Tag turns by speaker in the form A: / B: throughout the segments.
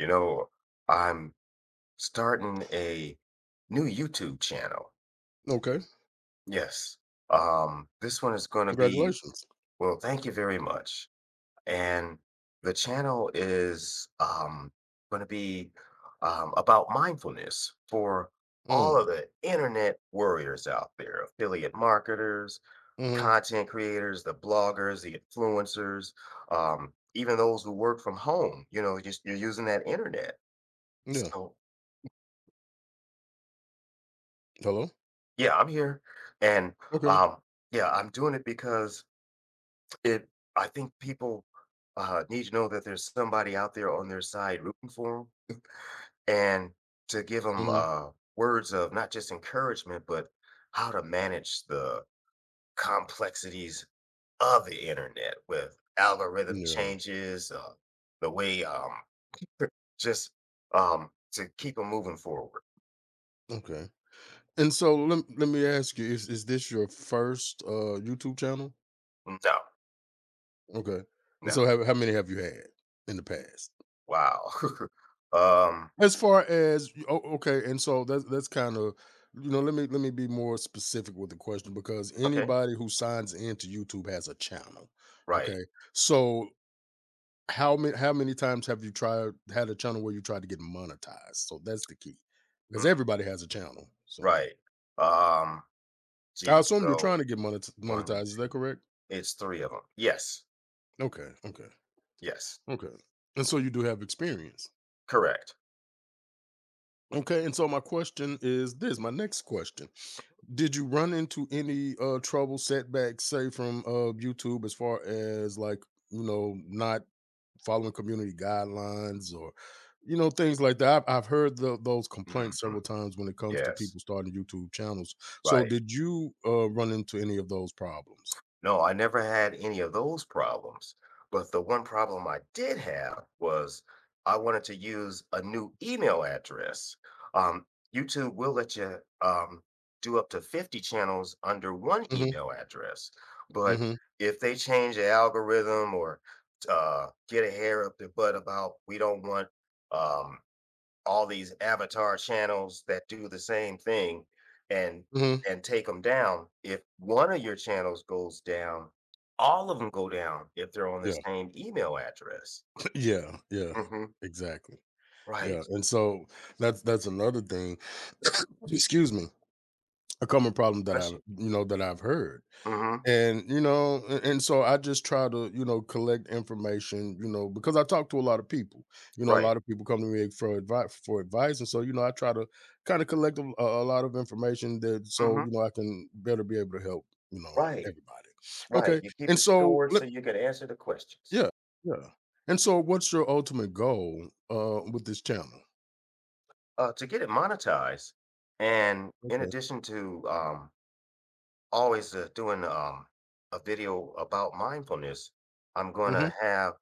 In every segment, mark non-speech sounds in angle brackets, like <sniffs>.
A: You know, I'm starting a new YouTube channel.
B: Okay,
A: Yes. This one is going to be,
B: congratulations.
A: well, thank you very much. And the channel is going to be about mindfulness for all
B: Mm,
A: of the internet warriors out there, affiliate marketers,
B: mhm,
A: content creators, the bloggers, the influencers, even those who work from home. Just you're using that internet.
B: yeah.
A: So,
B: Hello?
A: yeah, I'm here, and,
B: Okay.
A: um, yeah, I'm doing it because it I think people, need to know that there's somebody out there on their side rooting for them, and to give 'em,
B: Mhm,
A: words of not just encouragement, but how to manage the complexities of the internet with algorithm
B: yeah,
A: changes, the way, <laughs> just, to keep them moving forward.
B: okay. And so let me ask you, is this your first, YouTube channel?
A: No,
B: Okay, and
A: no,
B: so how many have you had in the past?
A: wow. <laughs> Um,
B: As far as oh, okay, and so that's kinda, let me be more specific with the question because
A: okay,
B: anybody who signs into YouTube has a channel,
A: right.
B: okay? So How many times have you tried had a channel where you tried to get monetized? So that's the key, because
A: Mm.
B: everybody has a channel. So
A: Right. Um,
B: I
A: Geez,
B: assume you're
A: so
B: trying to get monetized.
A: 1,
B: Is that
A: 2
B: correct?
A: it's 3 of them. Yes,
B: Okay, okay,
A: yes,
B: okay. And so you do have experience.
A: correct.
B: Okay, and so my question is this: my next question, did you run into any trouble, setbacks, say from YouTube, as far as, like, you know, not following community guidelines or, you know, things like that I've heard those complaints several
A: Mhm,
B: times when it comes to
A: yes,
B: people starting youtube channels. So
A: right.
B: did you run into any of those problems?
A: No, I never had any of those problems. But the one problem I did have was I wanted to use a new email address. Um, YouTube will let you do up to 50 channels under one
B: Hmm.
A: email address. But
B: Hmm.
A: if they change the algorithm or get a hair up their butt about we don't want um, all these avatar channels that do the same thing and
B: Hmm.
A: and take them down. If one of your channels goes down, all of them go down if they're on the
B: Yeah.
A: same email address.
B: <clears throat> Yeah, yeah,
A: Mhm.
B: exactly, yeah.
A: Right.
B: And so that's another thing. <clears throat> <coughs> Excuse me, a common problem that
A: Bless
B: i've
A: you.
B: you know that i've heard.
A: Mhm.
B: And, and so I just try to, collect information, because I talk to a lot of people. You know, a
A: Right.
B: lot of people come to me for advice, and so, I try to kind of collect a lot of information that so,
A: Mhm.
B: I can better be able to help,
A: Right.
B: everybody.
A: Right.
B: Okay,
A: You keep
B: and
A: it
B: so
A: stored so
B: let,
A: you can answer the questions.
B: yeah, yeah, and so what's your ultimate goal with this channel?
A: To get it monetized, and in
B: Okay.
A: addition to always doing a video about mindfulness, I'm going
B: Mm-hmm.
A: to have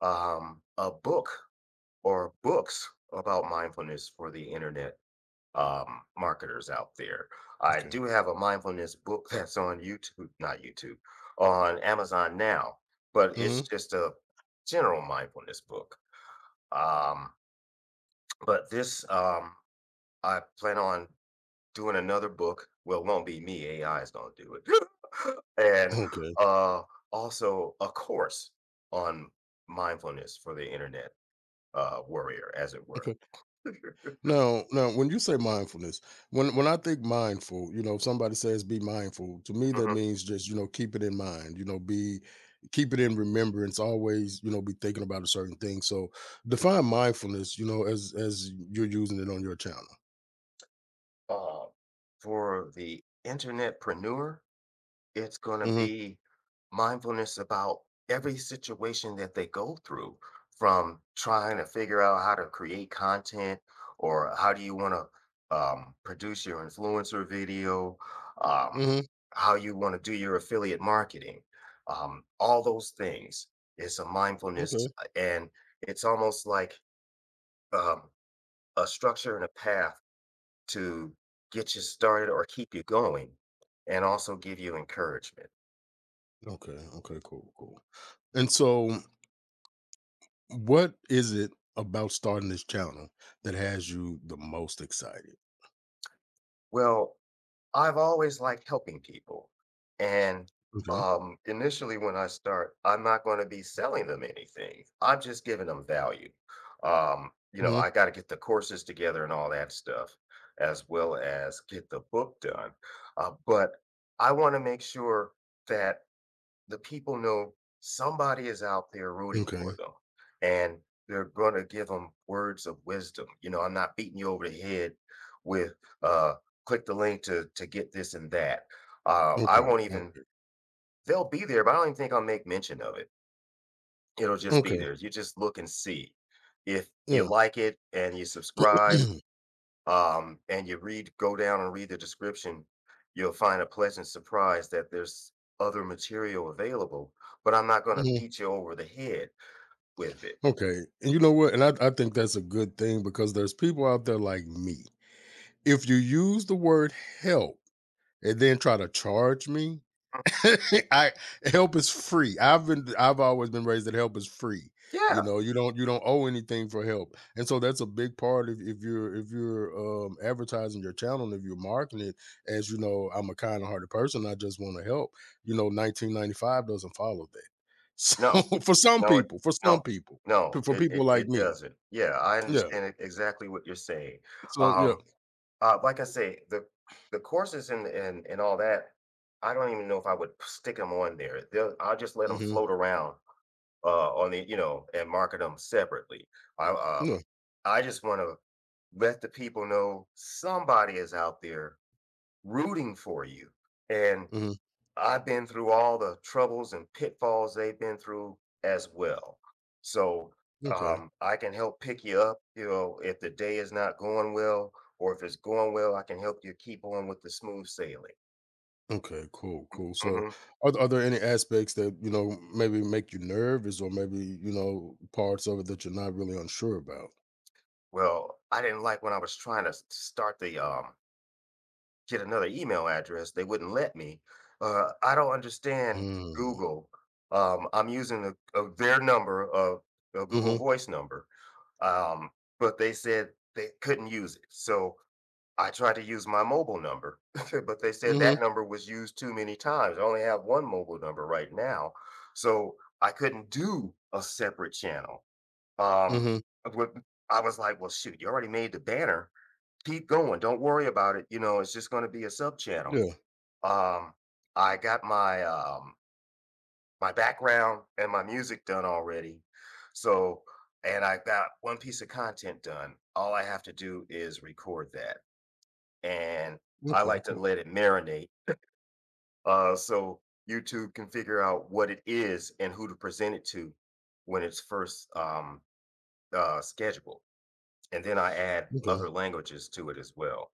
A: a book or books about mindfulness for the internet marketers out there. I
B: Okay.
A: do have a mindfulness book <laughs> that's on YouTube, not YouTube, on Amazon now, but
B: Mm-hmm.
A: it's just a general mindfulness book. Um, but this, I plan on doing another book. Well, it won't be me, AI is going to do it. <laughs> And
B: Okay.
A: uh, also a course on mindfulness for the internet warrior, as it were.
B: Now, now, when you say mindfulness, when I think mindful, you know, if somebody says be mindful, to me that
A: Hmm.
B: means just, keep it in mind, be keep it in remembrance, always, be thinking about a certain thing. So define mindfulness, as you're using it on your channel.
A: Uh, for the internetpreneur, it's going to
B: Hmm.
A: be mindfulness about every situation that they go through from trying to figure out how to create content or how do you want to produce your influencer video, um,
B: Hmm.
A: how you want to do your affiliate marketing, all those things. Is a mindfulness,
B: Okay.
A: and it's almost like um, a structure and a path to get you started or keep you going and also give you encouragement?
B: Okay. Okay. Cool. Cool. And so, what is it about starting this channel that has you the most excited?
A: Well, I've always liked helping people. And
B: Okay.
A: um, initially, when I start, I'm not going to be selling them anything, I'm just giving them value. I
B: Hmm.
A: got to get the courses together and all that stuff, as well as get the book done. But I want to make sure that the people know somebody is out there rooting
B: Okay.
A: for them and they're going to give them words of wisdom. I'm not beating you over the head with uh click the link to get this and that. I won't
B: Okay.
A: even, they'll be there, but I don't even think I'll make mention of it. It'll just be there.
B: Okay.
A: You just look and see. If you
B: Yeah.
A: like it and you subscribe,
B: <clears throat>
A: and you read, go down and read the description, you'll find a pleasant surprise that there's other material available, but I'm not going to
B: Mhm.
A: beat you over the head with it.
B: Okay, and you know what? And I think that's a good thing because there's people out there like me. If you use the word "help," and then try to charge me.
A: Mm,
B: <laughs> I help is free. I've always been raised that help is free. You
A: yeah,
B: know, you don't owe anything for help. And so that's a big part if you're advertising your channel and if you're marketing it as, you know, I'm a kind of hearted person, I just want to help. You know, 1995 doesn't follow that. <laughs> So
A: no,
B: for some
A: no, it,
B: people, for some
A: no,
B: people,
A: no,
B: for
A: it, it,
B: people like
A: it
B: me.
A: doesn't. Yeah, I
B: Yeah.
A: understand exactly what you're saying.
B: So, yeah.
A: Um, like I say, the courses and all that, I don't even know if I would stick them on there. I'll just let them
B: Hmm.
A: float around on the and market them separately. I um,
B: Yeah.
A: I just want to let the people know somebody is out there rooting for you. And
B: Hmm.
A: I've been through all the troubles and pitfalls they've been through as well. So
B: Okay.
A: I can help pick you up, if the day is not going well, or if it's going well, I can help you keep on with the smooth sailing.
B: Okay, cool, cool. So,
A: Hmm.
B: are there any aspects that, you know, maybe make you nervous or maybe, you know, parts of it that you're not really unsure about?
A: Well, I didn't like when I was trying to start the get another email address. They wouldn't let me. I don't understand
B: Mm.
A: Google. I'm using their number, a Google
B: Mhm.
A: Voice number, um, but they said they couldn't use it. So I tried to use my mobile number, <laughs> but they said that
B: Mhm.
A: number was used too many times. I only have one mobile number right now. So I couldn't do a separate channel. Um,
B: Mhm.
A: with- I was like, well, shoot, you already made the banner keep going. Don't worry about it. It's just going to be a sub channel.
B: Yeah.
A: Um, I got my background and my music done already. So, and I got one piece of content done. All I have to do is record that. And I
B: Okay,
A: like to
B: cool.
A: let it marinate. So YouTube can figure out what it is and who to present it to when it's first scheduled. And then I add
B: Okay.
A: other languages to it as well.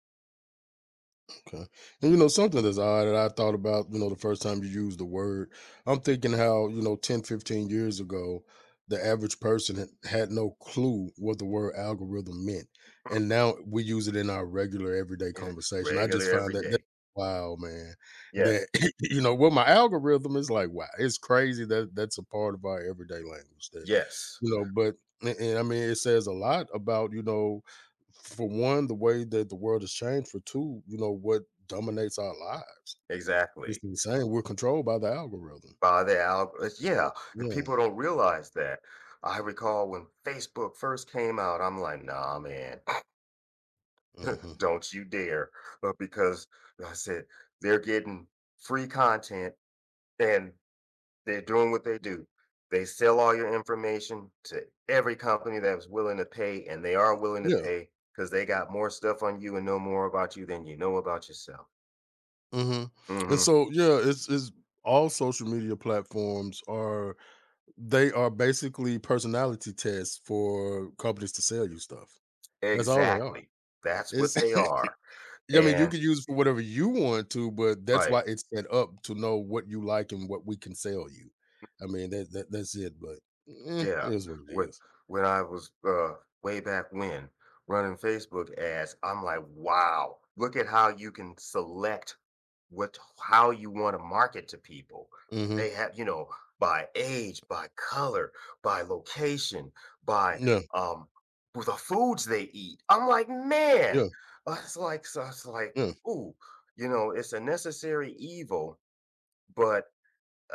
B: Okay. And, you know, something that's odd that I thought about, you know, the first time you used the word, I'm thinking how, you know, 10, 15 years ago, the average person had no clue what the word algorithm meant. And now we use it in our regular everyday
A: Is it
B: conversation. I
A: regular
B: just find
A: every
B: that
A: day?
B: wow, man,
A: Yes.
B: that, <laughs> you know, well, my algorithm is like, wow, it's crazy that that's a part of our everyday language that,
A: Yes.
B: you know, but, and I mean, it says a lot about, you know, for one, the way that the world has changed. For two, you know, what dominates our lives. It's
A: Exactly.
B: insane. We're controlled by the algorithm.
A: By the algorithms, yeah, and
B: Yeah.
A: people don't realize that. I recall when Facebook first came out, I'm like, "Nah, man, <sniffs> <clears throat>
B: Mhm.
A: don't you dare," but because like I said, "They're getting free content, and they're doing what they do. They sell all your information to every company that's willing to pay, and they are willing to
B: Yeah.
A: pay because they got more stuff on you and know more about you than you know about yourself."
B: Hmm. And
A: Mhm.
B: so, yeah, it's all social media platforms are, they are basically personality tests for companies to sell you stuff. That's all they are.
A: Exactly. That's what
B: It's
A: they
B: <laughs>
A: are,
B: I mean, you
A: and,
B: can use it for whatever you want to, but that's why
A: right.
B: it's set up to know what you like and what we can sell you. I mean, that that's it. But, eh,
A: Yeah,
B: it is what it
A: when
B: is.
A: when I was, way back when running Facebook ads, I'm like, "Wow, look at how you can select what how you wanna market to people." They
B: Mhm.
A: have by age, by color, by location, by,
B: Yeah,
A: um, with the foods they eat. I'm like, "Man,"
B: yeah,
A: I was like so I like,
B: yeah,
A: "Ooh," it's a necessary evil, but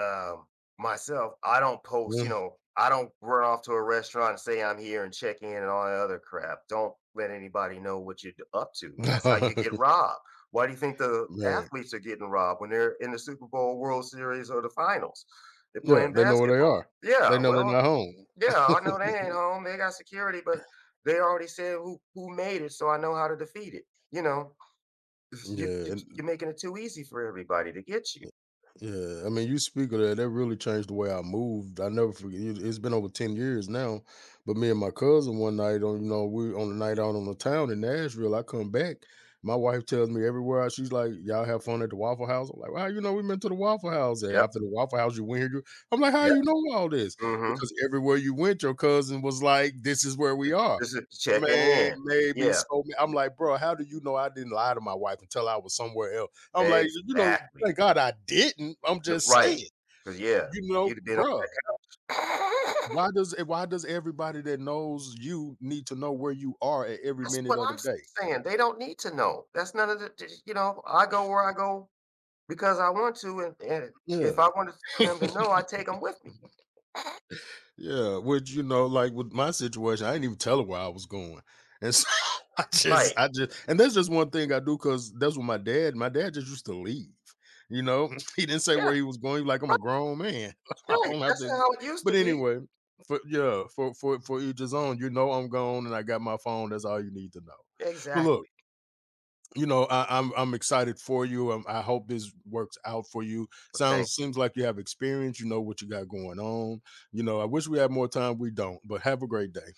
A: um, myself, I don't post,
B: yeah.
A: I don't run off to a restaurant and say I'm here and check in and all that other crap. Don't let anybody know what you're up to. That's how you get
B: <laughs>
A: robbed. Why do you think the
B: Man,
A: athletes are getting robbed when they're in the Super Bowl, World Series, or the finals? They're
B: yeah,
A: playing
B: they know where they
A: basketball.
B: are. They
A: Yeah,
B: know they're
A: well,
B: not home.
A: yeah, I know they
B: <laughs>
A: ain't home. They got security, but they already said who made it, so I know how to defeat it. You know, <laughs> you,
B: Yeah,
A: you
B: and
A: you're making it too easy for everybody to get you.
B: yeah, I mean, you speak of that. That really changed the way I moved. I never forget. It's been over 10 years now, but me and my cousin one night on, you know, we on the night out on the town in Nashville. I come back, my wife tells me everywhere. She's like, "Y'all have fun at the Waffle House." I'm like, "Wow, you know, we been to the Waffle House. And
A: Yep.
B: after the Waffle House, you went here." You, I'm like, "How
A: Yep.
B: you know all this?"
A: Hmm.
B: Because everywhere you went, your cousin was like, "This is where
A: Ju
B: we are."
A: just checking
B: Man,
A: in.
B: made me
A: Yeah,
B: so. I'm like, bro, how do you know I didn't lie to my wife until I was somewhere else? I'm like, you know,
A: exactly.
B: thank God I didn't. I'm
A: N
B: just
A: Right.
B: saying,
A: Because yeah,
B: you know,
A: you'd have been <laughs>
B: bruh, why does everybody that knows you need to know where you are at every
A: that's
B: minute
A: what
B: of the
A: I'm
B: day?
A: saying, they don't need to know. That's none of the j you know, I go where I go because I want to, and if
B: Yeah.
A: I wanted them to know, I
B: <laughs>
A: take them with me.
B: Yeah, which you know, like with my situation, I didn't even tell her where I was going, and so <laughs>
A: Right.
B: and that's just one thing I do because that's what my dad. My dad just used to leave. You know, <laughs> he didn't say
A: Yeah,
B: where he was going. He was Like, I'm a
A: right,
B: grown man, <laughs> I
A: right,
B: don't have
A: that's
B: to.
A: how it used
B: But
A: to be.
B: anyway, for yeah, for each his own. You know, I'm gone, and I got my phone. That's all you need to know. But,
A: Exactly.
B: look, you know, I'm excited for you. I hope this works out for you.
A: Well, thank
B: Sounds
A: you.
B: Seems like you have experience. You know what you got going on. You know, I wish we had more time. We don't. But have a great day.